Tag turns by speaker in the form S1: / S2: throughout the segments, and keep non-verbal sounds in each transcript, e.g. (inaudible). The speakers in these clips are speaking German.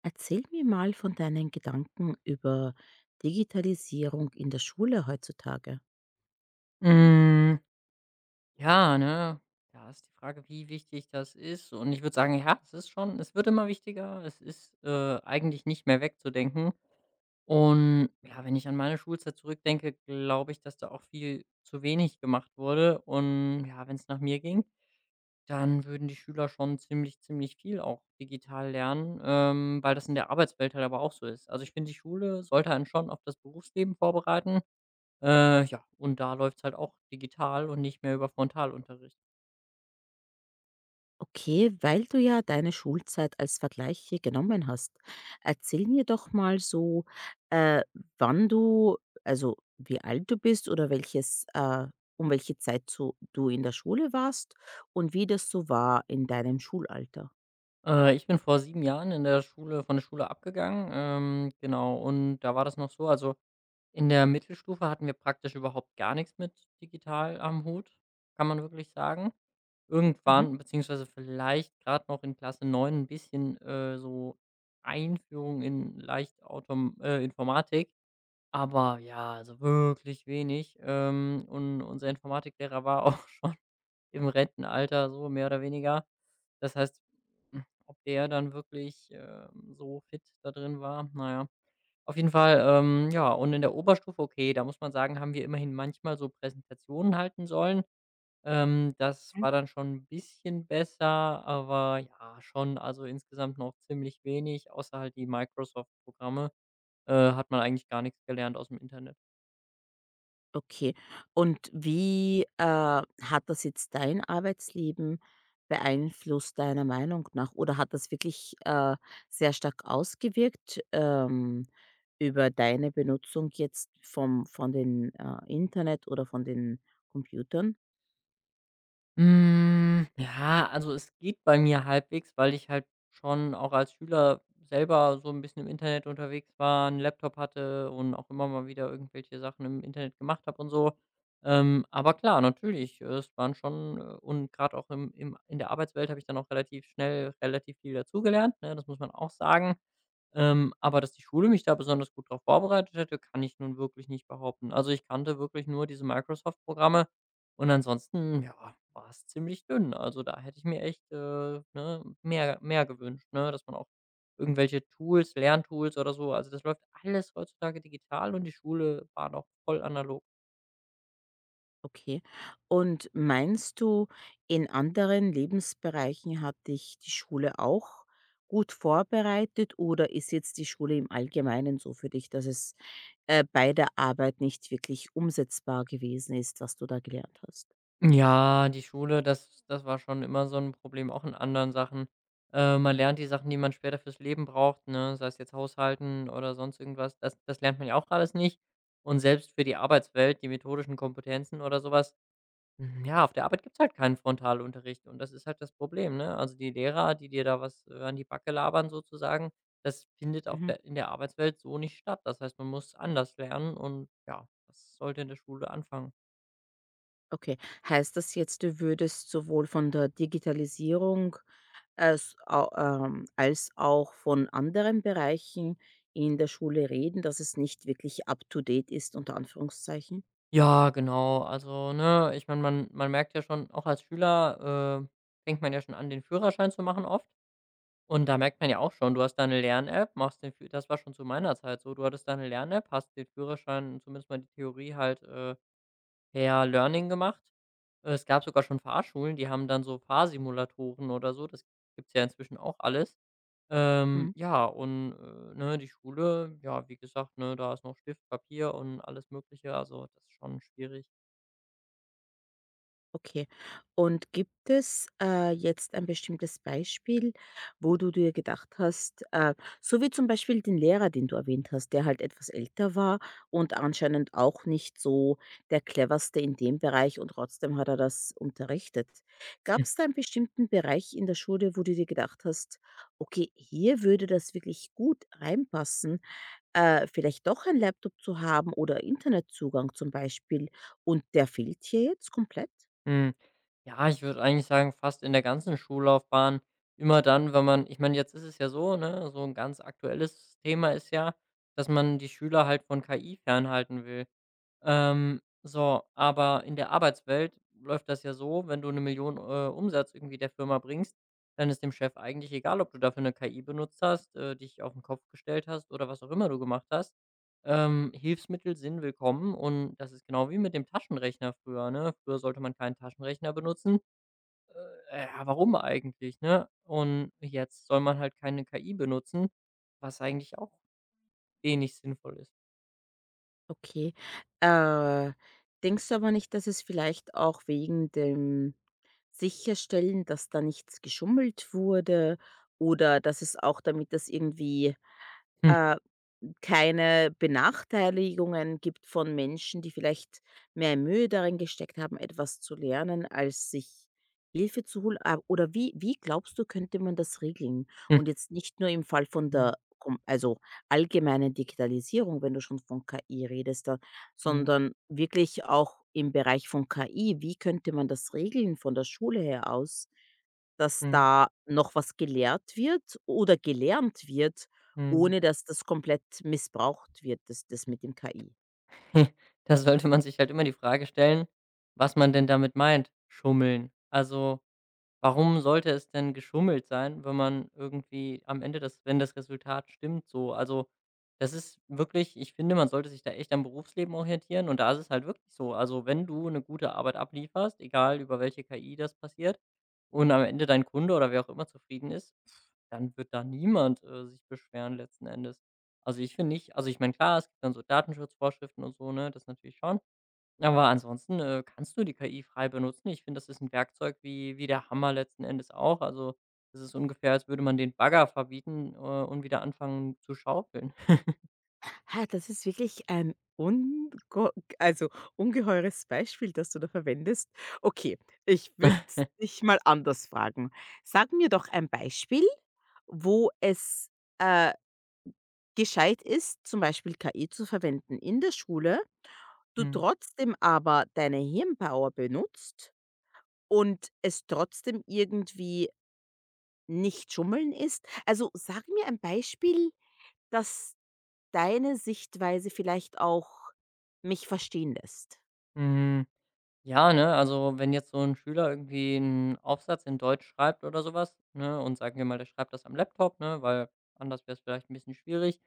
S1: Erzähl mir mal von deinen Gedanken über Digitalisierung in der Schule heutzutage.
S2: Hm, ja, ne? Ja, ist die Frage, wie wichtig das ist. Und ich würde sagen, ja, es ist schon es wird immer wichtiger. Es ist, eigentlich nicht mehr wegzudenken. Und ja, wenn ich an meine Schulzeit zurückdenke, glaube ich, dass da auch viel zu wenig gemacht wurde. Und ja, wenn es nach mir ging, dann würden die Schüler schon ziemlich viel auch digital lernen, weil das in der Arbeitswelt halt aber auch so ist. Also, ich finde, die Schule sollte einen schon auf das Berufsleben vorbereiten. Ja, und da läuft's halt auch digital und nicht mehr über Frontalunterricht.
S1: Okay, weil du ja deine Schulzeit als Vergleich hier genommen hast. Erzähl mir doch mal so, äh, wann du, also wie alt du bist oder welches, um welche Zeit so du in der Schule warst und wie das so war in deinem Schulalter.
S2: Ich bin vor 7 Jahren in der Schule von der Schule abgegangen, genau, und da war das noch so, also, in der Mittelstufe hatten wir praktisch überhaupt gar nichts mit digital am Hut, kann man wirklich sagen.
S1: Mhm.
S2: Irgendwann beziehungsweise vielleicht gerade noch in Klasse 9 ein bisschen, so Einführung in leicht Autom Informatik, aber ja, also wirklich wenig, und unser Informatiklehrer war auch (laughs) im Rentenalter, so mehr oder weniger. Das heißt, ob der dann wirklich, so fit da drin war, na ja. Auf jeden Fall, ja, und in der Oberstufe, okay, da muss man sagen, haben wir immerhin manchmal so Präsentationen halten sollen. Das war dann schon ein bisschen besser, aber ja, schon, also, insgesamt noch ziemlich wenig, außer halt die Microsoft-Programme, hat man eigentlich gar nichts gelernt aus dem Internet.
S1: Okay. Und wie, hat das jetzt dein Arbeitsleben beeinflusst, deiner Meinung nach? Oder hat das wirklich, sehr stark ausgewirkt, über deine Benutzung jetzt vom von den, Internet oder von den Computern?
S2: Ja, also es geht bei mir halbwegs, weil ich halt schon auch als Schüler selber so ein bisschen im Internet unterwegs war, einen Laptop hatte und auch immer mal wieder irgendwelche Sachen im Internet gemacht habe und so. Aber klar, natürlich, es waren schon und gerade auch im im in der Arbeitswelt habe ich dann auch relativ schnell relativ viel dazugelernt, ne? Das muss man auch sagen. Aber dass die Schule mich da besonders gut darauf vorbereitet hätte, kann ich nun wirklich nicht behaupten. Also, ich kannte wirklich nur diese Microsoft-Programme und ansonsten, ja, war es ziemlich dünn. Also, da hätte ich mir echt, ne, mehr gewünscht, ne, dass man auch irgendwelche Tools, Lerntools oder so, also, das läuft alles heutzutage digital und die Schule war noch voll analog.
S1: Okay. Und meinst du, in anderen Lebensbereichen hat dich die Schule auch gut vorbereitet oder ist jetzt die Schule im Allgemeinen so für dich, dass es bei der Arbeit nicht wirklich umsetzbar gewesen ist, was du da gelernt hast?
S2: Ja, die Schule, das war schon immer so ein Problem, auch in anderen Sachen. Man lernt die Sachen, die man später fürs Leben braucht, ne, sei es jetzt Haushalten oder sonst irgendwas. Das lernt man ja auch alles nicht. Und selbst für die Arbeitswelt, die methodischen Kompetenzen oder sowas. Mhm, ja, auf der Arbeit gibt's halt keinen Frontalunterricht und das ist halt das Problem, ne? Also, die Lehrer, die dir da was, an die Backe labern sozusagen, das findet auf
S1: Mhm.
S2: der in der Arbeitswelt so nicht statt. Das heißt, man muss anders lernen und ja, das sollte in der Schule anfangen.
S1: Okay. Heißt das jetzt, du würdest sowohl von der Digitalisierung als auch von anderen Bereichen in der Schule reden, dass es nicht wirklich up-to-date ist, unter Anführungszeichen?
S2: Ja, genau. Also, ne, ich meine, man merkt ja schon auch als Schüler, fängt man ja schon an, den Führerschein zu machen oft und da merkt man ja auch schon, du hast deine Lern-App, machst den Führ das war schon zu meiner Zeit so, du hattest deine Lern-App, hast den Führerschein, zumindest mal die Theorie halt, per Learning gemacht. Es gab sogar schon Fahrschulen, die haben dann so Fahrsimulatoren oder so, das gibt's ja inzwischen auch alles.
S1: Mhm.
S2: Ne, die Schule, ja, wie gesagt, ne, da ist noch Stift, Papier und alles Mögliche, also das ist schon schwierig.
S1: Okay. Und gibt es, jetzt ein bestimmtes Beispiel, wo du dir gedacht hast so wie zum Beispiel den Lehrer, den du erwähnt hast, der halt etwas älter war und anscheinend auch nicht so der Cleverste in dem Bereich, und trotzdem hat er das unterrichtet.
S2: Hm.
S1: Gab's da einen bestimmten Bereich in der Schule, wo du dir gedacht hast: „Okay, hier würde das wirklich gut reinpassen, vielleicht doch ein Laptop zu haben oder Internetzugang zum Beispiel, und der fehlt hier jetzt komplett?“
S2: Hm, ja, ich würde eigentlich sagen, fast in der ganzen Schullaufbahn, immer dann, wenn man jetzt ist es ja so, ne, so ein ganz aktuelles Thema ist ja, dass man die Schüler halt von KI fernhalten will. So, aber in der Arbeitswelt läuft das ja so, wenn du 1 Million Umsatz irgendwie der Firma bringst, dann ist dem Chef eigentlich egal, ob du dafür 'ne KI benutzt hast, dich auf den Kopf gestellt hast oder was auch immer du gemacht hast. Hilfsmittel sind willkommen und das ist genau wie mit dem Taschenrechner früher, ne? Früher sollte man keinen Taschenrechner benutzen. Ja, warum eigentlich, ne? Und jetzt soll man halt keine KI benutzen, was eigentlich auch wenig sinnvoll ist.
S1: Okay. Äh, Denkst du aber nicht, dass es vielleicht auch wegen dem Sicherstellen, dass da nichts geschummelt wurde, oder dass es auch damit das irgendwie,
S2: Mhm.
S1: äh keine Benachteiligungen gibt von Menschen, die vielleicht mehr Mühe darin gesteckt haben, etwas zu lernen, als sich Hilfe zu holen? Ah, oder wie glaubst du, könnte man das regeln?
S2: Mhm.
S1: Und jetzt nicht nur im Fall von der kom also, allgemeinen Digitalisierung, wenn du schon von KI redest da,
S2: Mhm.
S1: sondern wirklich auch im Bereich von KI. Wie könnte man das regeln von der Schule her aus, dass
S2: Mhm.
S1: da noch was gelehrt wird oder gelernt wird,
S2: Mhm.
S1: ohne dass das komplett missbraucht wird, das mit dem KI.
S2: (laughs) Da sollte man sich halt immer die Frage stellen, was man denn damit meint, schummeln. Also, warum sollte es denn geschummelt sein, wenn man irgendwie am Ende das wenn das Resultat stimmt so? Also, das ist wirklich ich finde, man sollte sich da echt am Berufsleben orientieren und da ist es halt wirklich so. Also, wenn du eine gute Arbeit ablieferst, egal über welche KI das passiert und am Ende dein Kunde oder wer auch immer zufrieden ist, pff, dann wird da niemand, sich beschweren letzten Endes. Also, ich finde nicht also, ich meine, klar, es gibt dann so Datenschutzvorschriften und so, ne, das natürlich schon. Aber ansonsten, kannst du die KI frei benutzen. Ich finde, das ist ein Werkzeug wie der Hammer letzten Endes auch. Also, das ist ungefähr, als würde man den Bagger verbieten, und wieder anfangen zu schaufeln. (laughs)
S1: Ha, das ist wirklich ein ungo also, ungeheures Beispiel, das du da verwendest. Okay, ich würde dich mal anders fragen. Sag mir doch ein Beispiel, wo es, äh, gescheit ist, zum Beispiel KI zu verwenden in der Schule, du
S2: Mhm.
S1: trotzdem aber deine Hirnpower benutzt und es trotzdem irgendwie nicht Schummeln ist. Also, sag mir ein Beispiel, dass deine Sichtweise vielleicht auch mich verstehen lässt.
S2: Hm, Mm, ja, ne, also, wenn jetzt so ein Schüler irgendwie einen Aufsatz in Deutsch schreibt oder sowas, ne, und sagen wir mal, der schreibt das am Laptop, ne, weil anders wäre es vielleicht ein bisschen schwierig.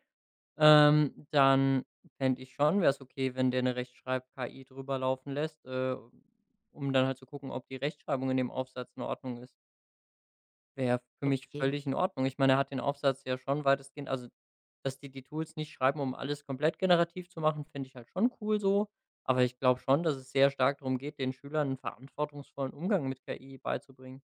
S2: Dann fände ich schon wäre es okay, wenn der eine Rechtschreib-KI drüber laufen lässt, um dann halt zu gucken, ob die Rechtschreibung in dem Aufsatz in Ordnung ist. Wäre für mich
S1: Okay,
S2: völlig in Ordnung. Ich meine, er hat den Aufsatz ja schon weitestgehend also, dass die Tools nicht schreiben, um alles komplett generativ zu machen, finde ich halt schon cool so. Aber ich glaube schon, dass es sehr stark darum geht, den Schülern einen verantwortungsvollen Umgang mit KI beizubringen.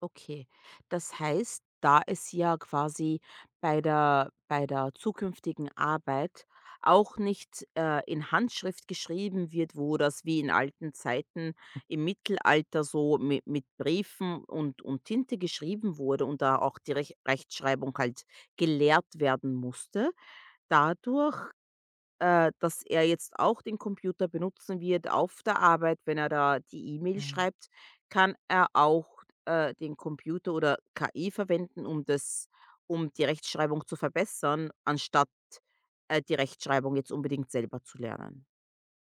S1: okay. Das heißt, da es ja quasi bei der zukünftigen Arbeit auch nicht, in Handschrift geschrieben wird, wo das wie in alten Zeiten im Mittelalter so mi mit Briefen und Tinte geschrieben wurde, und da auch die Rechtschreibung halt gelehrt werden musste. Dadurch dass er jetzt auch den Computer benutzen wird auf der Arbeit, wenn er da die E-Mail
S2: Mhm.
S1: schreibt, kann er auch den Computer oder KI verwenden, um das, um die Rechtschreibung zu verbessern, anstatt die Rechtschreibung jetzt unbedingt selber zu lernen.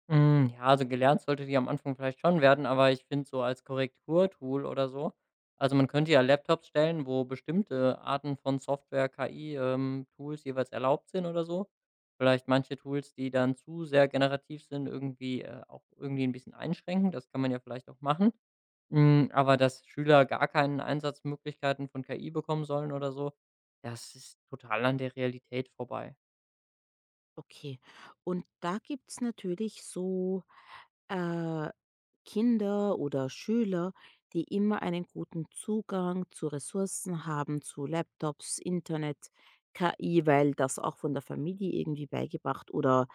S2: Ja, also gelernt sollte die am Anfang vielleicht schon werden, aber ich finde so als Korrekturtool oder so, man könnte ja Laptops stellen, wo bestimmte Arten von Software, KI, Tools jeweils erlaubt sind oder so. Vielleicht manche Tools, die dann zu sehr generativ sind, irgendwie, auch irgendwie ein bisschen einschränken. Das kann man ja vielleicht auch machen. Aber dass Schüler gar keine Einsatzmöglichkeiten von KI bekommen sollen oder so, das ist total an der Realität vorbei.
S1: Okay. Und da gibt's natürlich so, äh, Kinder oder Schüler, die immer einen guten Zugang zu Ressourcen haben, zu Laptops, Internet, KI, weil das auch von der Familie irgendwie beigebracht oder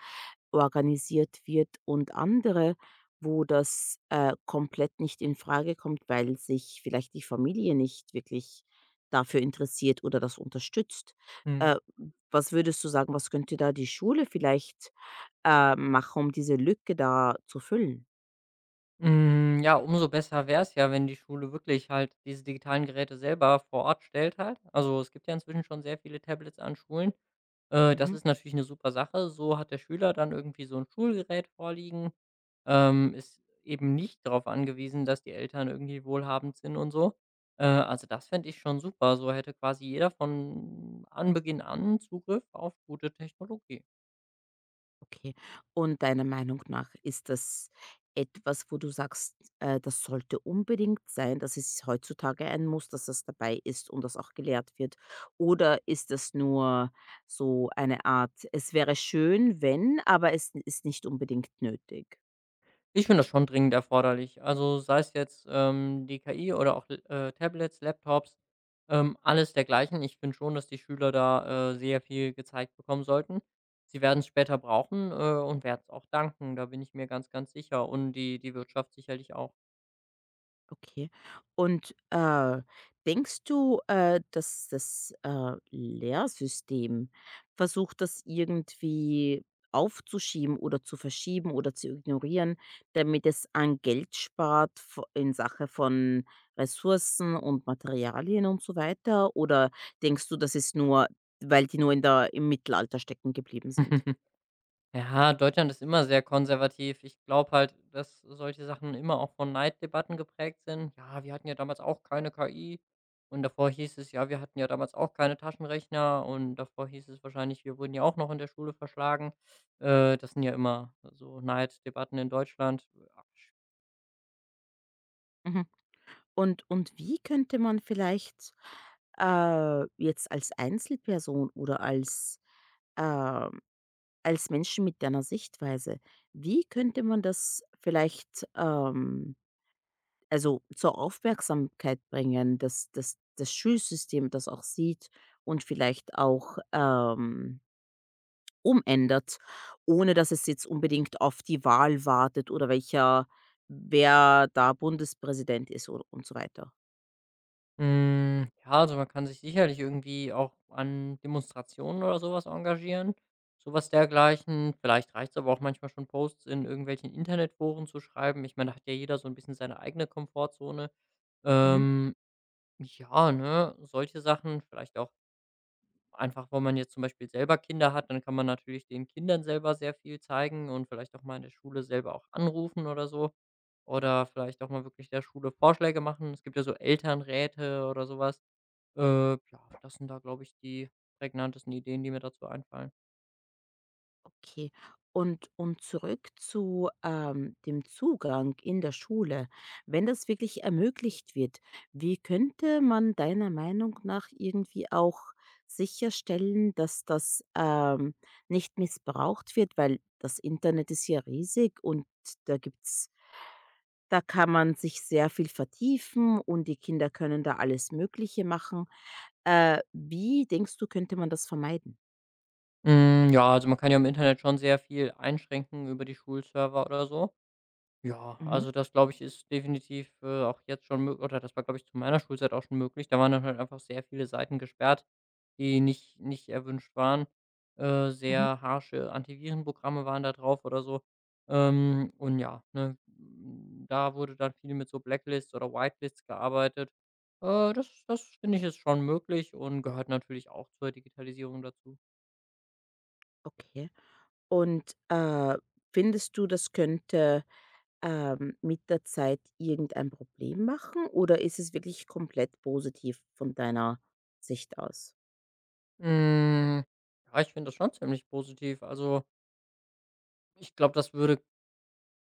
S1: organisiert wird, und andere, wo das, komplett nicht in Frage kommt, weil sich vielleicht die Familie nicht wirklich dafür interessiert oder das unterstützt. Äh, Was würdest du sagen, was könnte da die Schule vielleicht, machen, um diese Lücke da zu füllen?
S2: Ja, umso besser wäre es ja, wenn die Schule wirklich halt diese digitalen Geräte selber vor Ort stellt halt. Also, es gibt ja inzwischen schon sehr viele Tablets an Schulen. Das
S1: Mhm,
S2: ist natürlich eine super Sache. So hat der Schüler dann irgendwie so ein Schulgerät vorliegen, ist eben nicht darauf angewiesen, dass die Eltern irgendwie wohlhabend sind und so. Also, das fände ich schon super. So hätte quasi jeder von Anbeginn an Zugriff auf gute Technologie.
S1: okay. Und deiner Meinung nach ist das etwas, wo du sagst, das sollte unbedingt sein, dass es heutzutage ein Muss, dass das dabei ist und das auch gelehrt wird? Oder ist das nur so eine Art, es wäre schön, wenn, aber es ist nicht unbedingt nötig?
S2: Ich finde das schon dringend erforderlich. Also sei es jetzt, die KI oder auch, Tablets, Laptops, alles dergleichen. Ich finde schon, dass die Schüler da, sehr viel gezeigt bekommen sollten. Sie werden es später brauchen, und werden es auch danken, da bin ich mir ganz, ganz sicher und die Wirtschaft sicherlich auch.
S1: Okay. Und, denkst du, dass das, Lehrsystem versucht, das irgendwie aufzuschieben oder zu verschieben oder zu ignorieren, damit es an Geld spart v in Sache von Ressourcen und Materialien und so weiter? Oder denkst du, das ist nur weil die nur in der im Mittelalter stecken geblieben sind?
S2: (laughs) Ja, Deutschland ist immer sehr konservativ. Ich glaube halt, dass solche Sachen immer auch von Neiddebatten geprägt sind. Ja, wir hatten ja damals auch keine KI. Und davor hieß es, ja, wir hatten ja damals auch keine Taschenrechner. Und davor hieß es wahrscheinlich, wir wurden ja auch noch in der Schule verschlagen. Das sind ja immer so Neiddebatten in Deutschland.
S1: Mhm. Und wie könnte man vielleicht, jetzt als Einzelperson oder als, ähm als Menschen mit deiner Sichtweise, wie könnte man das vielleicht, also, zur Aufmerksamkeit bringen, dass das Schulsystem das auch sieht und vielleicht auch, umändert, ohne dass es jetzt unbedingt auf die Wahl wartet oder welcher wer da Bundespräsident ist oder und so weiter.
S2: Ja, also man kann sich sicherlich irgendwie auch an Demonstrationen oder sowas engagieren, sowas dergleichen. Vielleicht reicht es aber auch manchmal schon, Posts in irgendwelchen Internetforen zu schreiben. Ich meine, da hat ja jeder so ein bisschen seine eigene Komfortzone.
S1: Mhm.
S2: Ähm, ja, ne, solche Sachen, vielleicht auch einfach, wenn man jetzt zum Beispiel selber Kinder hat, dann kann man natürlich den Kindern selber sehr viel zeigen und vielleicht auch mal in der Schule selber auch anrufen oder so. Oder vielleicht auch mal wirklich der Schule Vorschläge machen. Es gibt ja so Elternräte oder sowas. Ja, das sind da, glaube ich, die prägnantesten Ideen, die mir dazu einfallen.
S1: Okay. Und zurück zu dem Zugang in der Schule. Wenn das wirklich ermöglicht wird, wie könnte man deiner Meinung nach irgendwie auch sicherstellen, dass das nicht missbraucht wird? Weil das Internet ist ja riesig und da gibt's, da kann man sich sehr viel vertiefen und die Kinder können da alles Mögliche machen. Wie denkst du, könnte man das vermeiden?
S2: Ja, also man kann ja im Internet schon sehr viel einschränken über die Schulserver oder so. Ja,
S1: Mhm.
S2: also das, glaube ich, ist definitiv, auch jetzt schon möglich, oder das war, glaube ich, zu meiner Schulzeit auch schon möglich. Da waren dann halt einfach sehr viele Seiten gesperrt, die nicht erwünscht waren.
S1: Mhm.
S2: Sehr harsche Antivirenprogramme waren da drauf oder so. Da wurde dann viel mit so Blacklists oder Whitelists gearbeitet. Das finde ich, ist schon möglich und gehört natürlich auch zur Digitalisierung dazu.
S1: Okay. Und, findest du, das könnte, mit der Zeit irgendein Problem machen oder ist es wirklich komplett positiv von deiner Sicht aus?
S2: Hm, ja, ich finde das schon ziemlich positiv. Also, ich glaube, das würde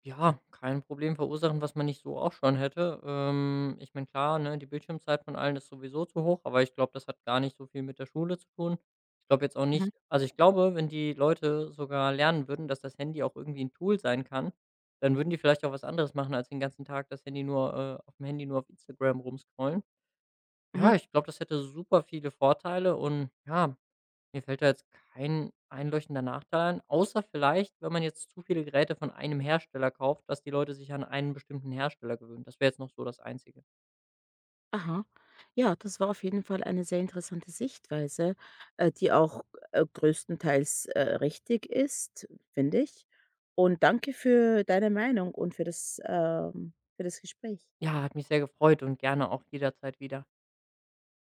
S2: ja, kein Problem verursachen, was man nicht so auch schon hätte. Ich meine, klar, ne, die Bildschirmzeit von allen ist sowieso zu hoch, aber ich glaube, das hat gar nicht so viel mit der Schule zu tun. Ich glaube jetzt auch
S1: Mhm,
S2: nicht also, ich glaube, wenn die Leute sogar lernen würden, dass das Handy auch irgendwie ein Tool sein kann, dann würden die vielleicht auch was anderes machen, als den ganzen Tag das Handy nur auf dem Handy nur auf Instagram rumscrollen.
S1: mhm,
S2: Ja, ich glaube, das hätte super viele Vorteile und ja, mir fällt da jetzt kein einleuchtender Nachteil ein, außer vielleicht, wenn man jetzt zu viele Geräte von einem Hersteller kauft, dass die Leute sich an einen bestimmten Hersteller gewöhnen. Das wäre jetzt noch so das Einzige.
S1: aha. Ja, das war auf jeden Fall eine sehr interessante Sichtweise, die auch, größtenteils, richtig ist, finde ich. Und danke für deine Meinung und für das Gespräch.
S2: Ja, hat mich sehr gefreut und gerne auch jederzeit wieder.